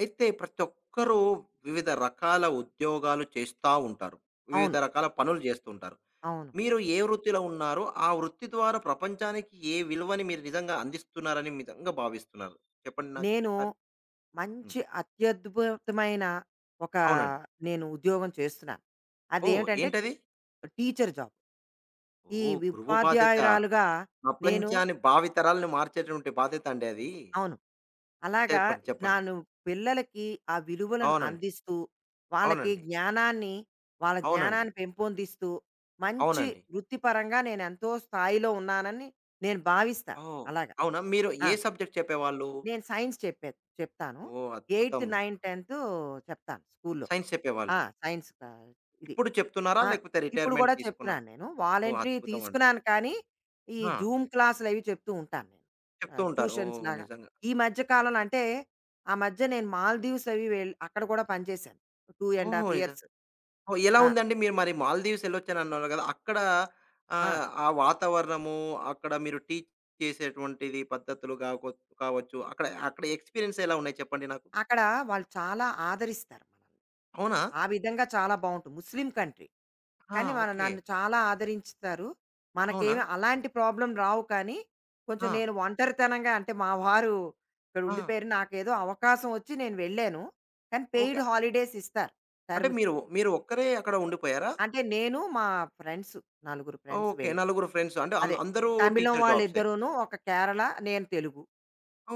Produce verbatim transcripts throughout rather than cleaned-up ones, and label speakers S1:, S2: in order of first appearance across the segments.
S1: అయితే ప్రతి ఒక్కరూ వివిధ రకాల ఉద్యోగాలు చేస్తా ఉంటారు. వివిధ
S2: అవును.
S1: రకాల పనులు చేస్తూ ఉంటారు.
S2: అవును.
S1: మీరు ఏ వృత్తిలో ఉన్నారో, ఆ వృత్తి ద్వారా ప్రపంచానికి ఏ విలువని మీరు నిజంగా అందిస్తున్నారని నిజంగా భావిస్తున్నారు? చెప్పండి నాకు
S2: నేను
S1: ఒకసారి? హ్మ్.
S2: మంచి అత్యద్భుతమైన ఒక
S1: అవునండి.
S2: నేను ఉద్యోగం చేస్తున్నాను.
S1: ఓహ్,
S2: అదేమిటంటే టీ
S1: ఏంటది?
S2: Teacher job. ఈ
S1: ఓహ్, గురువు బాధ్యత.
S2: ఉపాధ్యాయురాలుగా నేను.
S1: ప్రపంచాన్ని భావితరాలను మార్చేటువంటి బాధ్యత అండి అది.
S2: అవును. అలాగా.
S1: చెప్పండి. చెప్పండి.
S2: నాను పిల్లలకి ఆ విలువలను
S1: అవునండి.
S2: అందిస్తూ, వాళ్ళకి
S1: అవునండి.
S2: జ్ఞానాన్ని, వాళ్ళ
S1: అవునండి.
S2: జ్ఞానాన్ని పెంపొందిస్తూ, మంచి
S1: అవునండి.
S2: వృత్తిపరంగా నేనెంతో స్థాయిలో ఉన్నానని నేను భావిస్తాను.
S1: ఓహ్.
S2: అలాగా.
S1: అవునా? మీరు
S2: ఆ!
S1: ఏ సబ్జెక్ట్ చెప్పేవాళ్ళు?
S2: నేను సైన్స్ చెప్పే చెప్తాను.
S1: ఓహ్,
S2: ఎనిమిది,
S1: అద్భుతం.
S2: తొమ్మిది, పది చెప్తాను స్కూల్‌లో.
S1: సైన్స్ చెప్పేవాళ్ళు.
S2: ఆ! సైన్స్ కా ఇది.
S1: ఇప్పుడు చెప్తున్నారా,
S2: ఆ!
S1: లేకపోతే
S2: ఇప్పుడు గూడా
S1: రిటైర్‌మెంట్ తీసుకున్నా?
S2: చెప్తున్నాను నేను.
S1: ఓహ్,
S2: వాలంటరీ
S1: అద్భుతం అండి.
S2: తీసుకున్నాను కానీ, ఈ
S1: ఆ,
S2: జూమ్ క్లాసులవి చెప్తూ ఉంటాను నేను.
S1: చెప్తూ
S2: ఆహ్,
S1: ఉంటారు.
S2: ట్యూషన్స్
S1: ఓహ్,
S2: లాగా.
S1: నిజంగా.
S2: ఈ మధ్య
S1: సో
S2: కాలంలో అంటే, ఆ మధ్య నేను మాల్దీవ్స్ అవి వెళ్ అక్కడ గూడా పనిచేశాను. రెండు
S1: ఓహో,
S2: ½
S1: నిజం.
S2: ఇయర్స్.
S1: ఓహ్, ఎలా
S2: ఆ!
S1: ఉందండి మీరు? మరి మాల్దీవ్స్ ఎళ్ళొచ్చని అన్నారు కదా! అక్కడ
S2: ఆ!
S1: ఆహ్, ఆ వాతావరణము, అక్కడ మీరు టీచ్ చేసేటువంటిది పద్ధతులు కాకొ కావచ్చు. అక్కడ అక్కడ ఎక్స్‌పీరియన్స్ ఎలా ఉన్నాయి, చెప్పండి నాకు?
S2: అక్కడ వాళ్ళు చాలా ఆదరిస్తారు మనల్ని.
S1: అవునా?
S2: ఆ విధంగా చాలా బావుంటుంది. Muslim country.
S1: ఆ,
S2: కానీ వాళ్ళు
S1: ఓకే.
S2: నన్ను చాలా ఆదరించుతారు.
S1: అవునా?
S2: మనకేమి అలాంటి ప్రాబ్లమ్ రావు కానీ, కొంచెం
S1: ఆ!
S2: నేను ఒంటరితనంగా, అంటే మా వారు ఇక్కడ
S1: ఆ,
S2: ఉండిపోయారు. నాకేదో అవకాశం ఒచ్చి నేను వెళ్ళాను. కానీ
S1: ఓకే.
S2: పెయిడ్ హాలిడేస్ ఇస్తారు
S1: అంటే
S2: టర్మ్‌కి.
S1: మీరు మీరు ఒక్కరే అక్కడ ఉండిపోయారా?
S2: అంటే నేను మా ఫ్రెండ్స్, నలుగురు ఫ్రెండ్స్
S1: ఓకే.
S2: వెళ్ళాం.
S1: నలుగురు ఫ్రెండ్స్ అంటే అం
S2: అదే,
S1: అందరూ
S2: తమిళం
S1: టీచర్ జాబ్సే.
S2: వాళ్ళిద్దరూను, ఒక కేరళ, నేను తెలుగు.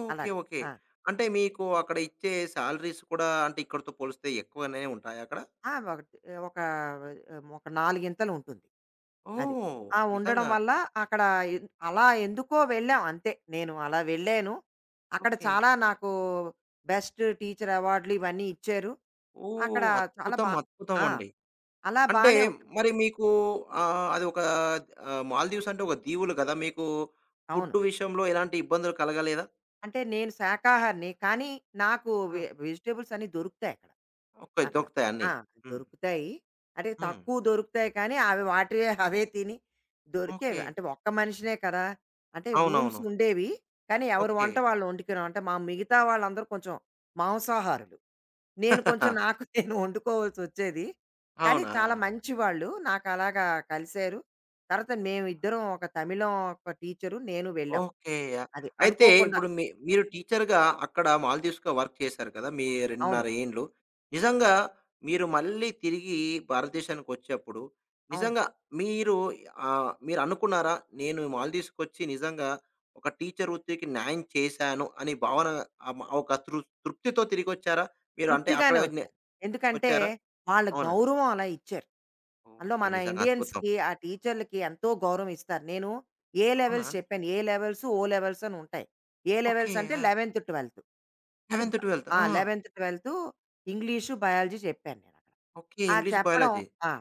S1: ఓకే.
S2: అలాగా.
S1: ఓకే.
S2: ఆ!
S1: అంటే మీకు అక్కడ ఇచ్చే సాలరీస్ కూడా అంటే ఇక్కడితో పోలిస్తే ఎక్కువనే ఉంటాయా అక్కడ?
S2: ఆ! ఒకటి ఒక ఒక నాలుగింతలు ఉంటుంది అది.
S1: ఓహ్,
S2: ఆ ఉండడం
S1: నిజంగా.
S2: వల్ల అక్కడ ఎన్ అలా ఎందుకో వెళ్ళాం అంతే. నేను అలా వెళ్ళాను. అక్కడ
S1: ఓకే.
S2: చాలా నాకు బెస్ట్ టీచర్ అవార్డులు ఇవన్నీ ఇచ్చారు. అక్కడ
S1: ఓహ్,
S2: చాలా
S1: అద్భుతం.
S2: బా
S1: అద్భుతం
S2: ఆ!
S1: అండి.
S2: అలా
S1: అంటే
S2: బానే ఉంటుంది.
S1: మరి మీకు ఆహ్, అది ఒక ఆహ్, మాల్దీవ్స్ అంటే ఒక దీవులు కదా! మీకు
S2: అవును.
S1: ఫుడ్ విషయంలో ఎలాంటి ఇబ్బందులు కలగలేదా?
S2: అంటే నేను శాకాహారిని. కానీ నాకు
S1: ఆ,
S2: వె వెజిటబుల్స్ అన్నీ దొరుకుతాయి అక్కడ.
S1: ఓకే.
S2: అక్కడ.
S1: దొరుకుతాయి అన్నీ.
S2: ఆ!
S1: హ్మ్.
S2: దొరుకుతాయి. అంటే
S1: హ్మ్.
S2: తక్కువ దొరుకుతాయి కానీ అవి వాటివే అవే తిని దొరికేవి.
S1: ఓకే.
S2: అంటే ఒక్క మనిషినే కదా! అంటే రూమ్స్
S1: అవునవును.
S2: ఉండేవి. కానీ ఎవరి
S1: ఓకే.
S2: వంట వాళ్ళు వండుకున్నాం. అంటే మా మిగతా వాళ్ళందరూ కొంచెం మాంసాహారులు. నేను కొంచెం నాకు నేను వండుకోవాల్సొచ్చేది. కానీ
S1: అవునా?
S2: చాలా మంచివాళ్ళు. నాకు అలాగా కలిసారు. తర్వాత మేమిద్దరం, ఒక తమిళం ఒక టీచరు, నేను వెళ్ళాం.
S1: ఓకే. యాహ్.
S2: అది
S1: అయితే
S2: అనుకోకుండా.
S1: ఇప్పుడు మీ మీరు టీచర్‌గా అక్కడ మాల్దీవ్స్‌లో వర్క్ చేశారు కదా! మీ
S2: అవును.
S1: రెండున్నర ఏండ్లు. నిజంగా మీరు మళ్ళీ తిరిగి భారతదేశానికొచ్చేప్పుడు
S2: అవును.
S1: నిజంగా మీరు ఆహ్, మీరనుకున్నారా? నేను మాల్దీవ్స్‌కొచ్చి నిజంగా ఒక టీచర్ వృత్తికి న్యాయం చేశాను అని భావన ఆహ్, ఒక తృ తృప్తితో తిరిగొచ్చారా? మీరు అంటే అక్కడ
S2: తృప్తిగానే
S1: నే
S2: వచ్చాను. ఎందుకంటే
S1: వచ్చారా?
S2: వాళ్ళ
S1: అవునండి.
S2: గౌరవం అలా ఇచ్చారు. అందులో
S1: ఓకే.
S2: మన
S1: నిజంగా అద్భుతం.
S2: ఇండియన్స్‌కి, ఆ టీచర్లకి ఎంతో గౌరవం ఇస్తారు. నేను ఏ
S1: అవునా
S2: లెవెల్స్
S1: అండి?
S2: చెప్పాను. ఏ లెవెల్స్, ఓ లెవెల్స్ అని ఉంటాయి. ఏ
S1: ఓకే.
S2: లెవెల్స్ అంటే
S1: ఆ!
S2: 11థ్, 12థ్. అది బ
S1: పదకొండు, పన్నెండు.
S2: ఆ!
S1: ఆ,
S2: 11థ్, 12థ్ ఇంగ్లీషు, బయాలజీ చెప్పాను నేనక్కడ.
S1: ఓకే.
S2: ఆ
S1: ఇంగ్లీష్,
S2: చెప్పడం.
S1: బయాలజీ.
S2: ఆ!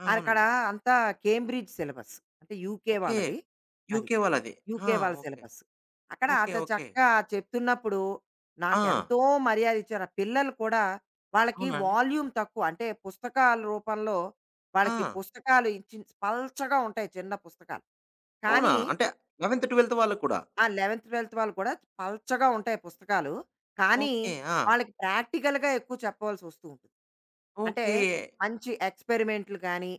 S1: ఆ,
S2: అక్కడ
S1: అవునండి.
S2: అంతా కేంబ్రిడ్జ్ సిలబస్. అంటే యూకే
S1: ఓకే.
S2: వాళ్ళది అది.
S1: యూకే వాళ్ళది. ఆ,
S2: యూకే వాళ్ళ
S1: ఓకే.
S2: సిలబస్. అక్కడ
S1: ఓకే.
S2: అంత
S1: ఓకే.
S2: చక్కగా చెప్తున్నప్పుడు
S1: ఆ,
S2: నాకెంతో మర్యాద ఇచ్చారు. ఆ పిల్లలు కూడా. వాళ్ళకి
S1: అవునా అండి?
S2: వాల్యూమ్ తక్కువ. అంటే పుస్తకాల రూపంలో
S1: ఆ!
S2: వాళ్ళకి పుస్తకాలు ఇచ్చి, పల్చగా ఉంటాయి చిన్న పుస్తకాలు.
S1: అవునా?
S2: కానీ
S1: అంటే పదకొండు, పన్నెండు వాళ్ళకి కూడా.
S2: ఆ పదకొండు, పన్నెండు వాళ్ళు కూడా పల్చగా ఉంటాయి పుస్తకాలు. కానీ,
S1: ఓకే. ఆ,
S2: వాళ్ళకి ప్రాక్టికల్‌గా ఎక్కువ చెప్పవలసొస్తూ ఉంటుంది. అంటే,
S1: ఓకే.
S2: మంచి ఎక్స్‌పెరిమెంట్‌లు గానీ,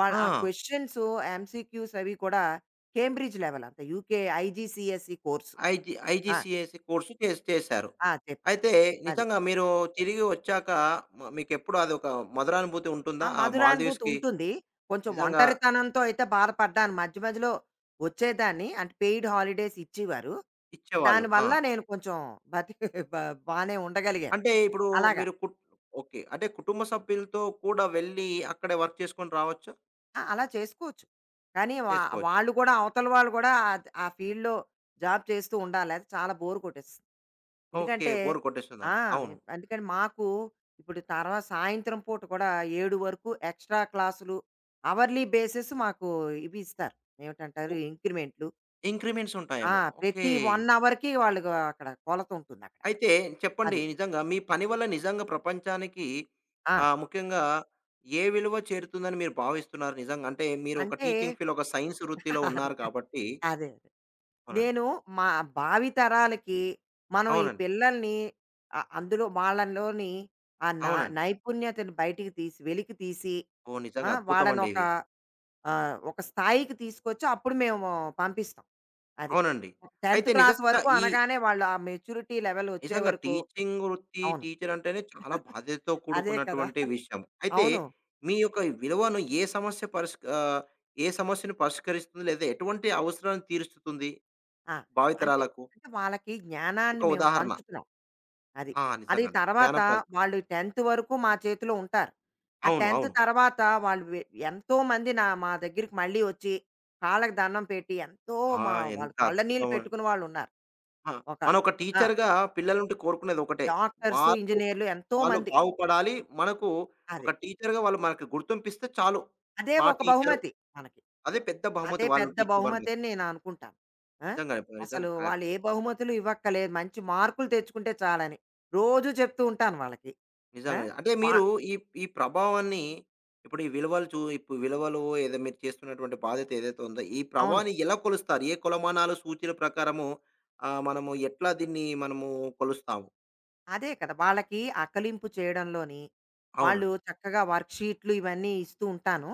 S2: వాళ్ళు ఆ
S1: ఆ!
S2: క్వెషన్సు, ఎంసీక్యూస్ అవి కూడా కేంబ్రిడ్జ్ లెవెల్ అంట. UK IGCSE course.
S1: ఐజీ
S2: ఆ!
S1: ఐజీసీఎస్ కోర్సు చేస్ చేశారు.
S2: ఆ! చెప్పారు
S1: అయితే
S2: అది.
S1: నిజంగా మీరు తిరిగి వచ్చాక మ మీకెప్పుడు అదొక మధురానుభూతి ఉంటుందా
S2: ఆ
S1: ఆ
S2: మధురానుభూతి
S1: మాల్దీవ్స్‌కి?
S2: ఉంటుంది. కొంచెం
S1: నిజంగా
S2: ఒంటరితనంతో అయితే బాధపడ్డాను. మధ్య మధ్యలో వచ్చేదాన్ని. అంటే పెయిడ్ హాలిడేస్ ఇచ్చేవారు.
S1: ఇచ్చేవాళ్ళు. ఆ!
S2: దానివల్ల నేను కొంచెం బతి బ బానే ఉండగలిగాను.
S1: అంటే ఇప్పుడు
S2: అలాగా.
S1: మీరు కుట్ ఓకే. అంటే కుటుంబ సభ్యులతో కూడా వెళ్లి అక్కడే వర్క్ చేసుకొని రావచ్చా?
S2: ఆ! అలా చేసుకోవచ్చు. కానీ వా
S1: చేసుకోవచ్చా?
S2: వాళ్ళు గూడా, అవతల వాళ్ళు గూడా ఆద్ ఆ ఫీల్డ్‌లో జాబ్ చేస్తూ ఉండాలి. లేతే చాలా బోర్ కొట్టేస్తుంది.
S1: ఓకే.
S2: ఎందుకంటే
S1: బోర్
S2: ఆ!
S1: కొట్టేస్తుందంట. అవును.
S2: మేం అందుకని మాకు ఇప్పుడు, తర్వాత సాయంత్రం పూట కూడా ఏడు వరకు ఎక్స్‌ట్రా క్లాసులు, అవర్‌లీ బేసిస్ మాకు ఇవి ఇస్తారు.
S1: ఉ
S2: ఏమిటంటారు ఇంక్రిమెంట్లు.
S1: ఇంక్రిమెంట్స్
S2: ఆ!
S1: ఉంటాయేమో. ఓకే.
S2: ప్రతి ఒక్క అవర్‌కి వాళ్ళు‌గా అక్కడ కొలత ఉంటుందక్కడ.
S1: అయితే చెప్పండి,
S2: అది.
S1: నిజంగా మీ పని వల్ల నిజంగా ప్రపంచానికి
S2: ఆ!
S1: ఆహ్, ముఖ్యంగా ఏ విలువ చేరుతుందని మీరు భావిస్తున్నారు నిజంగా? అంటే మీరు ఒక
S2: అంటే
S1: టీచింగ్ ఫీల్డ్, ఒక సైన్స్ వృత్తిలో
S2: అదే.
S1: ఉన్నారు కాబట్టి.
S2: అదే.
S1: అవునండి.
S2: నేను మా భావితరాలకి, మనం ఈ
S1: అవునండి.
S2: పిల్లల్ని, ఆ అందులో వాళ్ళలోని ఆ నా
S1: అవునండి.
S2: నైపుణ్యతను బయటికి తీసి, వెలికి తీసి,
S1: ఓహ్,
S2: ఆ,
S1: నిజంగా
S2: వాళ్ళని
S1: అద్భుతమండి
S2: ఒక,
S1: ఇది.
S2: ఆ, ఒక స్థాయికి తీసుకొచ్చి అప్పుడు మేము పంపిస్తాం అది.
S1: అవునండి.
S2: టెన్త్
S1: అయితే
S2: క్లాస్
S1: నిజంగా
S2: వరకు
S1: ఈ
S2: అనగానే వాళ్ళు ఆ మెచ్యూరిటీ లెవెల్ వచ్చే
S1: నిజంగా
S2: వరకు.
S1: టీచింగ్ వృత్తి,
S2: అవును.
S1: టీచర్ అంటేనే చాలా బాధ్యతతో
S2: అదే కదా.
S1: కూడుకున్నటువంటి విషయం. అయితే
S2: అవును.
S1: మీ యొక్క ఈ విలువను ఏ సమస్య పరిష్క ఆహ్, ఏ సమస్యను పరిష్కరిస్తుంది? లేదా ఎటువంటి అవసరాన్ని తీరుస్తుంది
S2: ఆ, అంటే,
S1: భావితరాలకు?
S2: అంటే వాళ్ళకి
S1: ఒక
S2: జ్ఞానాన్ని మేము
S1: ఉదాహరణ.
S2: పంచుతున్నాం అది.
S1: ఆ,
S2: అది
S1: నిజంగండి.
S2: తర్వాత
S1: జ్ఞానం పరుస్తుంది.
S2: వాళ్ళు 10థ్ వరకు మా చేతిలో ఉంటారు. ఆ
S1: అవును.
S2: 10థ్
S1: అవును.
S2: తర్వాత వాళ్ళు వె ఎంతోమంది నా మా దగ్గరికి మళ్ళీ వచ్చి, కాళ్ళకి దండం పెట్టి, ఎంతో
S1: ఆ!
S2: మా వాళ్ళు
S1: ఎంత
S2: కళ్ళనీళ్ళు
S1: అద్భుతమం
S2: పెట్టుకున్న వాళ్ళున్నారు.
S1: ఆ!
S2: ఒక,
S1: మనం ఒక
S2: ఆ!
S1: టీచర్‌గా పిల్లల నుండి కోరుకునేది ఒకటే.
S2: డాక్టర్స్,
S1: వాళ్ళు,
S2: ఇంజినీర్లు
S1: వాళ్ళు
S2: ఎంతోమంది.
S1: బాగుపడాలి. మనకు ఒక
S2: అదే.
S1: టీచర్‌గా వాళ్ళు మనకు గుర్తింపిస్తే చాలు.
S2: అదే
S1: మా
S2: ఒక
S1: టీచరు
S2: బహుమతి మనకి.
S1: అదే పెద్ద బహుమతి,
S2: అదే
S1: వాళ్ళ
S2: పెద్ద
S1: నుండి ఇచ్చే
S2: బహుమతి
S1: బహుమతి.
S2: అని నేను అనుకుంటాను. ఆ!
S1: నిజంగానే. ప-
S2: అసలు
S1: నిజంగా క
S2: వాళ్ళు ఏ బహుమతులు ఇవ్వక్కర్లేదు. మంచి మార్కులు తెచ్చుకుంటే చాలని రోజూ చెప్తూ ఉంటాను వాళ్ళకి. ఆ!
S1: నిజంగానే. అంటే
S2: మా.
S1: మీరు ఈ ఈ ప్రభావాన్ని ఇప్పుడు ఈ విలువలు చూ ఇప్పుడు విలువలు ఏదో మీరు చేస్తున్నటువంటి బాధ్యత ఏదైతే ఉందో, ఈ
S2: అవును.
S1: ప్రభావాన్ని ఎలా కొలుస్తారు? ఏ కొలమానాలు, సూచీల ప్రకారము ఆహ్, మనము ఎట్లా దీన్ని మనము కొలుస్తాము?
S2: అదే కదా! వాళ్ళకి అకలింపు చేయడంలోని, వాళ్ళు
S1: అవునండి.
S2: చక్కగా వర్క్‌షీట్లు ఇవన్నీ ఇస్తూ ఉంటాను.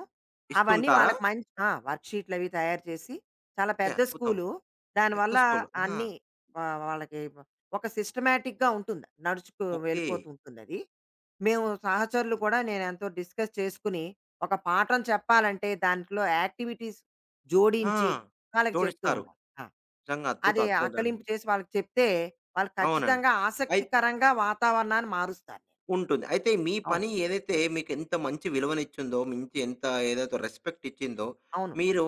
S2: అవన్నీ
S1: ఇస్తుంటారా?
S2: వాళ్ళకి మంచి, ఆ! వర్క్‌షీట్లవి తయారు చేసి, చాలా
S1: ఓకే.
S2: పెద్ద
S1: అద్భుతం.
S2: స్కూలు.
S1: పెద్ద
S2: దానివల్ల
S1: స్కూలు. ఆ,
S2: అన్నీ వా వాళ్ళకి ఒక సిస్టమాటిక్‌గా ఉంటుంది. నడుచుకు
S1: ఓకే.
S2: వెళ్ళిపోతూ ఉంటుందది. మేము సహచరులు కూడా నేనెంతో డిస్కస్ చేసుకుని, ఒక పాఠం చెప్పాలంటే దాంట్లో యాక్టివిటీస్
S1: ఆ,
S2: జోడించి వాళ్ళకి చెప్తూ
S1: జోడిస్తారు.
S2: ఉండాలి. ఆ!
S1: నిజంగా అద్భుతం.
S2: అది
S1: అద్భుతం అండి.
S2: ఆకలింపు చేసి వాళ్ళకి చెప్తే, వాళ్ళు
S1: అవునండి.
S2: ఖచ్చితంగా
S1: అయి
S2: ఆసక్తికరంగా వాతావరణాన్ని మారుస్తారు.
S1: ఉంటుంది. అయితే మీ
S2: అవును.
S1: పని ఏదైతే మీకెంత మంచి విలువనిచ్చిందో, మించి ఎంత ఏదైతే రెస్పెక్ట్ ఇచ్చిందో,
S2: అవును.
S1: మీరు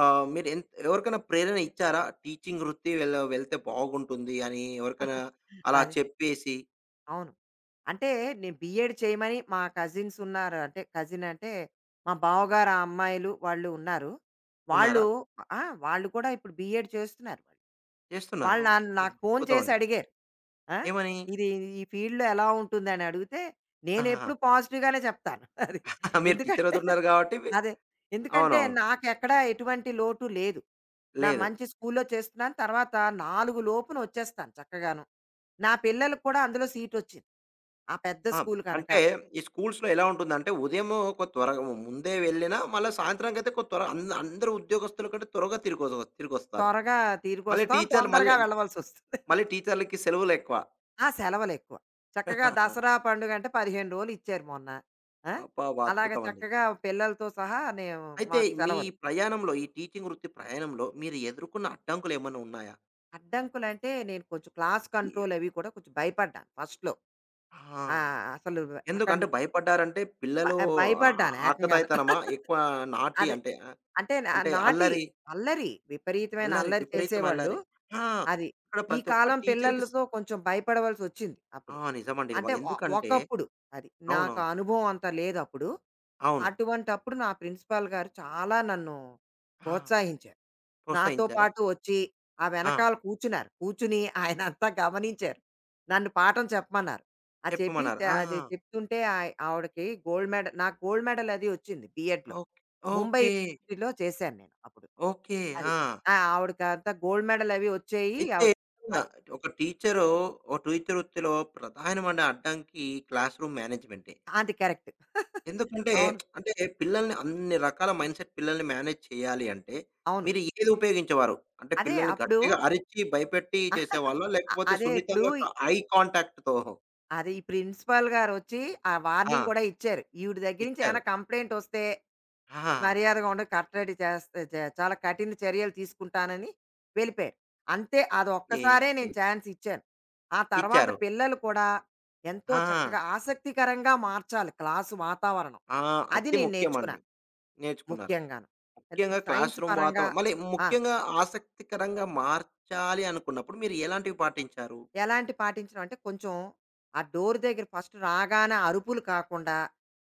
S1: ఆహ్, మీరు ఎన్ ఎవరికైనా ప్రేరణ ఇచ్చారా? టీచింగ్ వృత్తి వెళ్ వెళ్తే బాగుంటుంది అని ఎవరికైనా అలా
S2: అది.
S1: చెప్పేసి
S2: అవును. అంటే నేను బీఎడ్ చేయమని మా కజిన్స్ ఉన్నారు. అంటే కజిన్ అంటే మా బావగారు, ఆ అమ్మాయిలు వాళ్ళు ఉన్నారు.
S1: ఉన్నారా?
S2: వాళ్ళు, ఆ! వాళ్ళు కూడా ఇప్పుడు బీఎడ్ చేస్తున్నారు.
S1: చేస్తున్నారు.
S2: వాళ్ళు నన్ను
S1: ఓకే,
S2: నాకు ఫోన్
S1: అద్భుతం
S2: చేసి
S1: అండి.
S2: అడిగారు. ఆ!
S1: ఏమని?
S2: ఇది ఈ ఫీల్డ్‌లో ఎలా ఉంటుందని అడిగితే,
S1: ఆహాహా!
S2: నేనెప్పుడు పాజిటివ్‌గానే చెప్తాను. అది.
S1: మీరు టీచర్
S2: ఎందుకంటే
S1: అవుతున్నారు కాబట్టి మీ
S2: అదే. ఎందుకంటే
S1: అవునవును.
S2: నాకెక్కడా ఎటువంటి లోటు లేదు. నా
S1: లేదు.
S2: మంచి స్కూల్‌లో చేస్తున్నాను. తర్వాత నాలుగు లోపున వచ్చేస్తాను చక్కగాను. నా పిల్లలకి కూడా అందులో సీటొచ్చింది. ఆ పెద్ద
S1: ఆ!
S2: స్కూల్ కనుక.
S1: అంటే ఈ స్కూల్స్‌లో ఎలా ఉంటుందంటే, ఉదయము కొ త్వరగా ముందే వెళ్ళినా, మళ్ళా సాయంత్రానికైతే కొ త్వర అంద అందరూ ఉద్యోగస్తుల కంటే త్వరగా తిరిగొ తిరిగొస్తారు.
S2: త్వరగా
S1: మళ్ళీ
S2: తిరిగొస్తాం.
S1: టీచర్లు
S2: తొందరగా
S1: మళ్ళీ
S2: వెళ్ళవలసొస్తుంది.
S1: మళ్ళీ టీచర్లకి సెలవులెక్కువ.
S2: ఆ! సెలవులెక్కువ. చక్కగా దసరా పండుగంటే పదిహేను రోజులు ఇచ్చారు మొన్న. ఆ!
S1: అబ్బబ్బా,
S2: అలాగ
S1: అద్భుతమండి.
S2: చక్కగా పిల్లలతో సహా నేను,
S1: అయితే
S2: మాకు
S1: మీ
S2: సెలవులు.
S1: ప్రయాణంలో, ఈ టీచింగ్ వృత్తి ప్రయాణంలో, మీరు ఎదుర్కొన్న అడ్డంకులేమన్నా ఉన్నాయా?
S2: అడ్డంకులంటే నేను కొంచెం క్లాస్
S1: ఈ
S2: కంట్రోల్ అవి కూడా కొంచెం భయపడ్డాను ఫస్ట్‌లో.
S1: ఆ!
S2: ఆ! అసలు అక్కడ
S1: ఎందుకంటే భయపడ్డారంటే
S2: భ
S1: పిల్లలు ఆ ఆ
S2: భయపడ్డాను ఏకంగాను.
S1: ఆకతాయితనమా? ఎక్కువ నాటి
S2: అదే.
S1: అంటే ఆహ్,
S2: అంటే నా
S1: అంటే
S2: నాటి
S1: అల్లరి,
S2: అల్లరి. విపరీతమైన
S1: అల్లరి
S2: అల్లరి
S1: విపరీతం
S2: చేసేవాళ్ళు.
S1: అల్లరి. ఆ!
S2: అది.
S1: ఇక్కడ
S2: ఈ
S1: ప్రతి ఒక్క
S2: కాలం
S1: టీచర్‌కి స్
S2: పిల్లలతో కొంచెం భయపడవలసొచ్చింది అప్పుడు.
S1: ఆ, నిజమండి. వ
S2: అంటే ఒ
S1: ఎందుకంటే
S2: ఒకప్పుడు. అది. నాకు
S1: అవునవును.
S2: ఆ అనుభవం అంత లేదప్పుడు.
S1: అవును.
S2: అటువంటప్పుడు నా ప్రిన్సిపాల్ గారు చాలా నన్ను
S1: ఆ,
S2: ప్రోత్సహించారు. నాతో
S1: ప్రోత్సహించారా?
S2: పాటు వచ్చి, ఆ
S1: ఆ,
S2: వెనకాల కూర్చున్నారు. కూర్చుని ఆయనంతా గమనించారు. నన్ను పాఠం చెప్పమన్నారు. అది చెప్పి
S1: చెప్పమన్నారా?
S2: చ
S1: ఆ,
S2: అది చెప్తుంటే ఆయ ఆవిడకి గోల్డ్ మెడల్, నాకు గోల్డ్ మెడల్ అది వచ్చింది బిఎడ్‌లో.
S1: ఓకే.
S2: ముంబై
S1: ఓకే.
S2: యూనివర్సిటీలో చేశాను నేను అప్పుడు.
S1: ఓకే.
S2: అది.
S1: ఆ!
S2: ఆ! ఆవిడకంతా గోల్డ్ మెడల్ అవి వచ్చేయి.
S1: అయితే
S2: ఆవిడ
S1: ఆ,
S2: అది.
S1: ఒక టీచరు, ఒక టీచర్ వృత్తిలో ప్రధానమైన అడ్డంకి క్లాస్ రూమ్ మేనేజ్మెంటే.
S2: అది కరెక్ట్.
S1: ఎందుకంటే
S2: అవును.
S1: అంటే పిల్లల్ని అన్ని రకాల మైండ్‌సెట్ పిల్లల్ని మేనేజ్ చేయాలి అంటే,
S2: అవును.
S1: మీరు ఏది ఉపయోగించేవారు? అంటే
S2: అదే
S1: పిల్లల్ని
S2: అప్పుడు.
S1: గట్టిగా అరిచి, భయపెట్టి చేసేవాళ్ళా?
S2: అ
S1: లేకపోతే
S2: అదే ఇప్పుడు
S1: సున్నితంగా
S2: ఈ-
S1: క ఐ కాంటాక్ట్‌తో?
S2: అదే ఈ ప్రిన్సిపల్ గారొచ్చి ఆ
S1: ఆ,
S2: వార్నింగ్ కూడా ఇచ్చారు. ఈవిడ దగ్గర నుంచి
S1: ఇచ్చారు.
S2: ఏమైనా కంప్లెయింట్ వస్తే
S1: ఆహా!
S2: మర్యాదగా ఉండి కట్టడి చేస్తే, చే- చాలా కఠిన చర్యలు తీసుకుంటానని వెళ్ళిపోయారు. అంతే, అది
S1: ఓకే.
S2: ఒక్కసారే నేను ఛాన్స్ ఇచ్చాను. ఆ తర్వాత
S1: ఇచ్చారు.
S2: పిల్లలు కూడా ఎంతో
S1: ఆ!
S2: చక్కగా. ఆసక్తికరంగా మార్చాలి క్లాసు వాతావరణం.
S1: ఆ!
S2: అది
S1: అది
S2: నేను
S1: ముఖ్యమండి.
S2: నేర్చుకున్నాను
S1: నేర్చుకున్నారు.
S2: ముఖ్యంగాను. ఇప్పుడు
S1: ముఖ్యంగా క్లాస్
S2: సైన్స్
S1: రూమ్
S2: పరంగా
S1: వాతావరణం, మళ్ళీ
S2: ఆ,
S1: ముఖ్యంగా ఆసక్తికరంగా మార్చాలి అనుకున్నప్పుడు మీరు ఎలాంటివి పాటించారు?
S2: ఎలాంటి పాటించడం అంటే కొంచెం ఆ డోర్ దగ్గర ఫస్ట్ రాగానే అరుపులు కాకుండా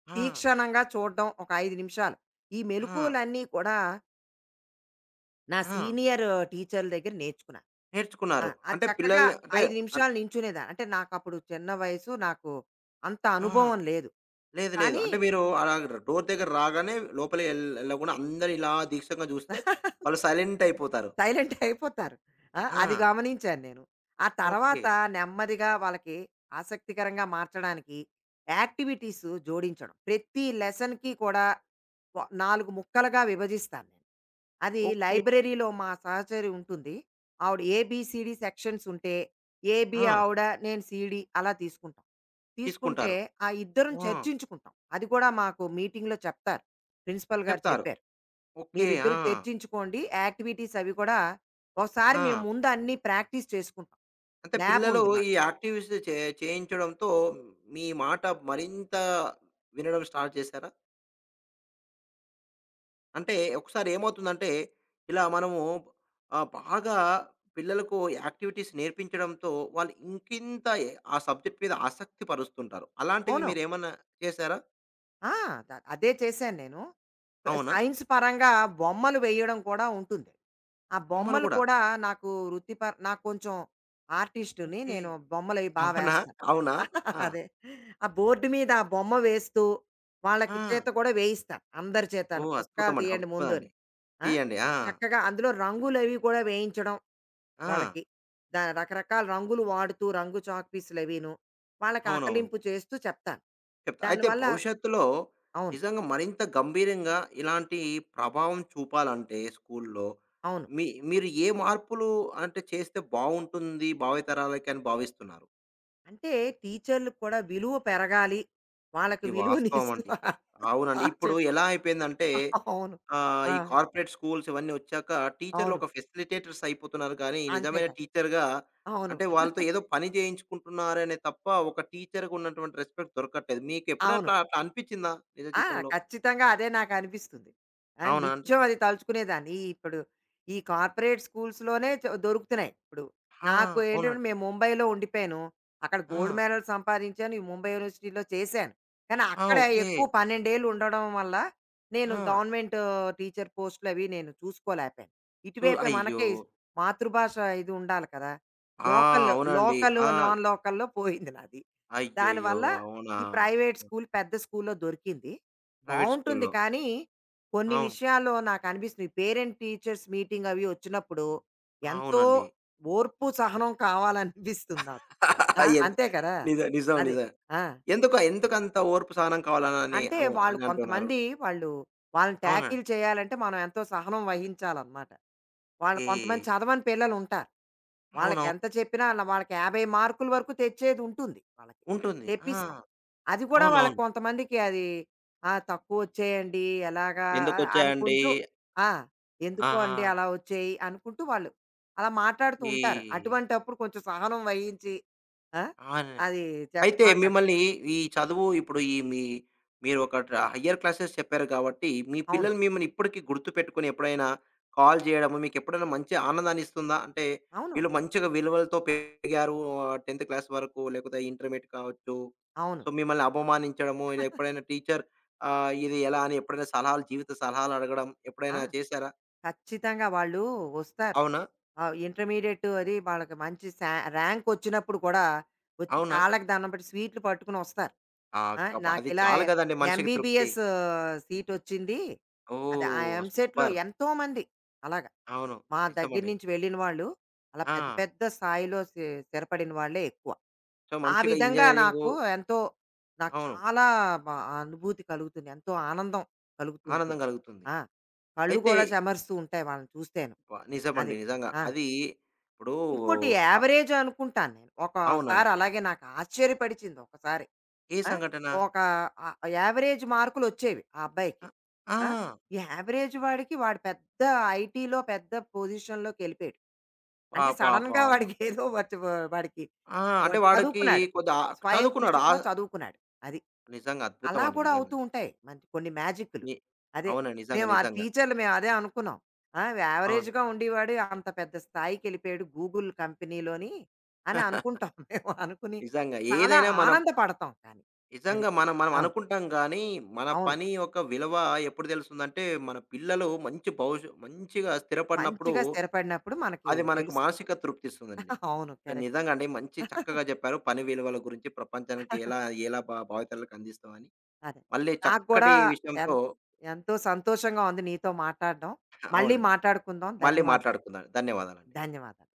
S1: ఆ!
S2: తీక్షణంగా చూడడం ఒక ఐదు నిమిషాలు. ఈ
S1: ఆ!
S2: మెలకువలన్నీ కూడా నా
S1: ఆ,
S2: సీనియర్ టీచర్ల దగ్గర నేర్చుకున్నాను. ఆ!
S1: నేర్చుకున్నారు.
S2: ఆ
S1: అంటే
S2: చక్కగా
S1: పిల్లల్ని అంటే
S2: అయిదు
S1: అన్
S2: నిమిషాలు నించునేదాన్ని. అంటే నాకప్పుడు చిన్న వయసు. నాకు అంత
S1: ఆ,
S2: అనుభవం లేదు.
S1: లేదు. లేదు.
S2: కానీ
S1: అంటే మీరు అలా డోర్ దగ్గర రాగానే లోపలికి ఎల్ ఎళ్ళకుండా అందరూ ఇలా దీక్షంగా జూస్తే వాళ్ళు సైలెంట్ అయిపోతారు.
S2: సైలెంట్ అయిపోతారు. ఆ! అది
S1: ఆ,
S2: గమనించాను నేను. ఆ
S1: ఓకే.
S2: తర్వాత నెమ్మదిగా వాళ్ళకి ఆసక్తికరంగా మార్చడానికి యాక్టివిటీస్ జోడించడం. ప్రతి లెసన్‌కి కూడా వ నాలుగు ముక్కలుగా విభజిస్తాను నేను. అది
S1: ఓకే.
S2: లైబ్రరీలో మా సహచరి ఉంటుంది. ఆవిడ ఏబీసీడీ సెక్షన్స్ ఉంటే, ఏబీ
S1: ఆ,
S2: ఆవిడ, నేను సీడీ అలా తీసుకుంటాం. తీసుకుంటే
S1: తీసుకుంటారు.
S2: ఆ ఇద్దరం
S1: ఆ,
S2: చర్చించుకుంటాం. అది కూడా మాకు మీటింగ్‌లో చెప్తారు. ప్రిన్సిపల్ గారు
S1: చెప్తారు.
S2: చెప్పారు.
S1: ఓకే. ఆ!
S2: మీరిద్దరూ చర్చించుకోండి. యాక్టివిటీస్ అవి కూడా ఒకసారి మేము
S1: ఆ,
S2: ముందు అన్నీ ప్రాక్టీస్ చేసుకుంటాం.
S1: అంటే
S2: ల్యాబ్
S1: పిల్లలు
S2: ఉంది
S1: ఈ
S2: నాకు.
S1: యాక్టివిటీస్ చే చేయించడంతో మీ మాట మరింత వినడం స్టార్ట్ చేశారా? అంటే ఒకసారి ఏమవుతుందంటే, ఇలా మనము ఆహ్, బాగా పిల్లలకు యాక్టివిటీస్ నేర్పించడంతో వాళ్ళు ఇంకింత ఎ ఆ సబ్జెక్ట్ మీద ఆసక్తి పరుస్తుంటారు. అలాంటివి
S2: అవును.
S1: మీరేమన్నా చేశారా?
S2: ఆ! ద అదే చేశాను నేను. ప
S1: అవునా?
S2: సైన్స్ పరంగా బొమ్మలు వేయడం కూడా ఉంటుంది. ఆ
S1: బొమ్మలు
S2: బొమ్మలు
S1: గూడా?
S2: కూడా నాకు వృత్తిపర నాకు కొంచెం ఆర్టిస్ట్‌ని.
S1: ఓకే.
S2: నేను బొమ్మలవి బా
S1: అవునా?
S2: వేస్తాను.
S1: అవునా? ఆ!
S2: అదే. ఆ బోర్డ్ మీద ఆ బొమ్మ వేస్తూ వాళ్ళకి
S1: ఆ!
S2: చేత కూడా వేయిస్తాను. అందరి చేతను
S1: ఓహ్,
S2: పుస్తకాలు
S1: అద్భుతమండి.
S2: తీయండి ముందు
S1: అద్భుతమండి.
S2: అని. ఆ!
S1: తీయండి. ఆ!
S2: చక్కగా అందులో రంగులవి కూడా వేయించడం
S1: ఆ!
S2: వాళ్ళకి. దా రకరకాల రంగులు వాడుతూ, రంగు చాక్ పీసులవీను. వాళ్ళకి
S1: అవునవును.
S2: ఆకలింపు చేస్తూ చెప్తాను.
S1: చెప్తా. అయితే
S2: దానివల్ల
S1: భవిష్యత్తులో
S2: అవును.
S1: నిజంగా మరింత గంభీరంగా ఇలాంటి ప్రభావం చూపాలంటే స్కూల్లో
S2: అవును.
S1: మీ, మీరు ఏ మార్పులు అంటే చేస్తే బావుంటుంది భావితరాలకి అని భావిస్తున్నారు?
S2: అంటే టీచర్లుకి కూడా విలువ పెరగాలి. వాళ్ళకి
S1: అది వాస్తవం
S2: విలువనిస్తూ
S1: అండి.
S2: బా
S1: అవునండి. ఇప్పుడు
S2: చెప్పావు.
S1: ఎలా అయిపోయిందంటే
S2: అవును.
S1: ఆహ్,
S2: ఆ!
S1: ఈ కార్పొరేట్ స్కూల్స్ ఇవన్నీ వచ్చాక టీచర్‌లు
S2: అవును.
S1: ఒక ఫెసిలిటేటర్స్ అయిపోతున్నారు, కానీ
S2: అంతే
S1: నిజమైన
S2: కదా!
S1: టీచర్‌గా
S2: అవును.
S1: అంటే వాళ్ళతో ఏదో పని చేయించుకుంటున్నారనే తప్ప ఒక టీచర్‌గా ఉన్నటువంటి రెస్పెక్ట్ దొరకట్లేదు.
S2: అవును.
S1: మీకెప్పుడట్లా అట్లా అనిపిచ్చిందా నిజ
S2: ఆ!
S1: జీవితంలో?
S2: ఖచ్చితంగా అదే నాకనిపిస్తుంది. ఆ!
S1: అవునా అండి?
S2: నిత్యం అది తలుచుకునేదాన్ని. ఈ ఇప్పుడు ఈ కార్పొరేట్ స్కూల్స్‌లోనే చ దొరుకుతున్నాయి ఇప్పుడు.
S1: ఆ,
S2: నాకు ఏంటంటే
S1: అవునండి.
S2: మేము ముంబైలో ఉండిపోయాను. అక్కడ గోల్డ్
S1: ఆ!
S2: మెడల్ సంపాదించాను. ఈ ముంబై యూనివర్సిటీలో చేశాను. కానీ
S1: ఆ,
S2: అక్కడ
S1: ఓకే.
S2: ఎక్కువ పన్నెండు ఏళ్ళు ఉండడం వల్ల నేను
S1: ఆ,
S2: గవర్నమెంట్ టీచర్ పోస్టులు అవి నేను చూసుకోలేకపోయాను.
S1: చూ
S2: ఇటువైపే
S1: అయ్యో!
S2: మనకే ఇస్- మాతృభాష ఇది ఉండాలి కదా!
S1: ఆ,
S2: లోకల్,
S1: అవునండి.
S2: లోకల్,
S1: ఆ,
S2: నాన్ లోకల్‌లో పోయింది నాది.
S1: అయ్యయ్యో,
S2: దానివల్ల
S1: అవునా!
S2: ఈ ప్రైవేట్ స్కూల్, పెద్ద స్కూల్‌లో దొరికింది.
S1: ప్రైవేట్
S2: బావుంటుంది.
S1: స్కూల్‌లో.
S2: కానీ, కొన్ని
S1: అవును.
S2: విషయాల్లో నాకనిపిస్తుంది. పేరెంట్ టీచర్స్ మీటింగ్ అవి వచ్చినప్పుడు, ఎంతో
S1: అవునండి.
S2: ఓర్పు, సహనం కావాలనిపిస్తుంది నాకు. ఆ!
S1: ఎన్
S2: అంతే కదా!
S1: నిజం. నిజం.
S2: అదే.
S1: నిజం.
S2: ఆ!
S1: ఎందుకు ఎందుకంత ఓర్పు సహనం కావాలని
S2: అంటే
S1: అవు
S2: వాళ్ళు
S1: అని అంటున్నారు?
S2: కొంతమంది, వాళ్ళు వాళ్ళని
S1: అవునా!
S2: టాకిల్ చేయాలంటే, మనం ఎంతో సహనం వహించాలనమాట. వాళ్ళు
S1: ఓకే.
S2: కొంతమంది చదవని పిల్లలుంటారు.
S1: అవునవును.
S2: వాళ్ళకెంత చెప్పినా అలా వాళ్ళకి యాభై మార్కుల వరకు తెచ్చేది ఉంటుంది వాళ్ళకి.
S1: ఉంటుంది.
S2: తెప్పిస్తాం.
S1: ఆ,
S2: అది కూడా వాళ్ళకి
S1: అవునవును.
S2: కొంతమందికి అది, ఆ! తక్కువొచ్చేయండి ఎలాగా ఆహ్,
S1: ఎందుకొచ్చాయండి?
S2: అనుకుంటూ, ఆ! ఎందుకో అండి
S1: ఆ!
S2: అలా వచ్చాయి అనుకుంటూ వాళ్ళు అలా మాట్లాడుతూ
S1: ఈ
S2: ఉంటారు. అటువంటప్పుడు కొంచెం సహనం వహించి ఆ!
S1: ఆ!
S2: అది చెప్
S1: అయితే
S2: మాట్లాడు.
S1: మిమ్మల్ని ఈ చదువు, ఇప్పుడు ఈ మీ మీరు ఒక ట్ర హైయ్యర్ క్లాసెస్ చెప్పారు కాబట్టి, మీ
S2: అవును.
S1: పిల్లలు మిమ్మల్ని ఇప్పటికి గుర్తుపెట్టుకొని ఎప్పుడైనా కాల్ చేయడము మీకెప్పుడైనా మంచి ఆనందాన్ని ఇస్తుందా? అంటే
S2: అవును.
S1: వీళ్ళు మంచిగా విలువలతో పెరిగారు ఆహ్, పదవ క్లాస్ వరకు, లేకపోతే ఇంటర్మీడియేట్ కావచ్చు.
S2: అవును.
S1: సో, మిమ్మల్ని అవమానించడము, ఇలా ఎప్పుడైనా టీచర్ ఆహ్, ఇది ఎలా అని ఎప్పుడైనా సలహాలు, జీవిత సలహాలు అడగడం
S2: ఆ!
S1: ఎప్పుడైనా చేశారా?
S2: ఖచ్చితంగా వాళ్ళు వస్తారు.
S1: అవునా?
S2: ఆహ్, ఇంటర్మీడియేట్ అది వాళ్ళకి మంచి శా ర్యాంకొచ్చినప్పుడు కూడా వచ్చి
S1: అవునా?
S2: కాళ్ళకి దండం పెట్టి స్వీట్లు పట్టుకొనొస్తారు.
S1: ఆ!
S2: ఆ!
S1: కబ అది
S2: నాకిలా
S1: చాలు గదండీ మనిషికి తృప్తి.
S2: ఎంబీబీఎస్ సీటొచ్చింది. అది ఆ
S1: ఓహ్,
S2: ఎంసెట్‌లో
S1: సూపర్.
S2: ఎంతోమంది. అలాగా.
S1: అవును.
S2: మా దగ్గర
S1: నిజమండి.
S2: నుంచి వెళ్ళిన వాళ్ళు, అలా పెద్ద
S1: ఆ!
S2: పెద్ద స్థాయిలో స్థి స్థిరపడిన వాళ్ళే ఎక్కువ.
S1: సో,
S2: ఆ
S1: మంచిగా
S2: విధంగా
S1: ఇంజినీరింగు.
S2: నాకు ఎంతో, నాకు
S1: అవును.
S2: చాలా బ అనుభూతి కలుగుతుంది. ఎంతో ఆనందం కలుగుతూ
S1: ఆనందం
S2: ఉంటుంది.
S1: కలుగుతుంది.
S2: ఆ! కళ్ళు
S1: అయితే
S2: కూడా చెమరుస్తూ ఉంటాయి వాళ్ళని చూస్తేను.
S1: వ నిజమండి.
S2: అది.
S1: నిజంగా.
S2: ఆ!
S1: అది ఇప్పుడు
S2: ఇంకోటి
S1: అ
S2: యావరేజ్ అనుకుంటాను నేను.
S1: అవునండి.
S2: ఒకసారి అలాగే నాకు ఆశ్చర్యపడిచింది ఒకసారి.
S1: ఏ
S2: ఆ!
S1: సంఘటన?
S2: ఒక, ఆహ్, యావరేజ్ మార్కులొచ్చేవి ఆ
S1: అ
S2: అబ్బాయికి.
S1: ఆ!
S2: ఆ! ఈ యావరేజ్ వాడికి, వాడు పెద్ద ఐటీలో పెద్ద పొజిషన్‌లోకెళ్ళిపోయాడు. అంటే
S1: పాపా
S2: సడెన్‌గా
S1: పాప.
S2: వాడికి ఏదో వట్ వ వాడికి
S1: ఆ! అంటే
S2: వాడు
S1: వాడికి
S2: చదువుకున్నాడు.
S1: కొద్దిగా ఆ
S2: స్వయం
S1: చదువుకున్నాడు. ఆ.
S2: కృషితో చదువుకున్నాడు. అది.
S1: నిజంగా
S2: అలా
S1: అద్భుతమండి.
S2: కూడా
S1: నిజంగా.
S2: అవుతూ ఉంటాయి మనకి, కొన్ని మ్యాజిక్కులు.
S1: ని
S2: అదే.
S1: అవునండి. నిజంగా.
S2: మేము ఆ
S1: నిజంగా.
S2: టీచర్లు మేము అదే అనుకున్నాం. ఆ!
S1: అవును.
S2: యావరేజ్‌గా ఉండేవాడు అంత పెద్ద స్థాయికెళ్ళిపోయాడు గూగుల్ కంపెనీలోని అని అనుకుంటాం మేము. అనుకుని
S1: నిజంగా.
S2: చాలా
S1: ఏదైనా మనం.
S2: ఆనందపడతాం కానీ. అది.
S1: నిజంగా మనం మనం
S2: అవును.
S1: అనుకుంటాం గానీ, మన
S2: అవును.
S1: పని యొక్క విలువ ఎప్పుడు తెలుస్తుందంటే, మన పిల్లలు మంచి భవిష్య మంచిగా స్థిరపడినప్పుడు.
S2: మంచిగా స్థిరపడినప్పుడు మనకి
S1: అది మనకు
S2: తెలుస్తుంది.
S1: మానసిక తృప్తిస్తుందండి.
S2: అవును. కరెక్ట్.
S1: నిజంగా అండి. మంచి చక్కగా చెప్పారు పని విలువల గురించి, ప్రపంచానికి ఎలా, ఎలా భా భావితరాలకు అందిస్తామని.
S2: అదే.
S1: మళ్ళీ
S2: నాకు కూడా
S1: చక్కటి
S2: ఎం
S1: విషయంతో
S2: ఎంతో సంతోషంగా ఉంది నీతో మాట్లాడడం. మళ్ళీ
S1: అవునండి.
S2: మాట్లాడుకుందాం.
S1: మళ్ళీ
S2: ధన్యవాదాలు.
S1: మాట్లాడుకుందాం. ధన్యవాదాలండి.
S2: ధన్యవాదాలు.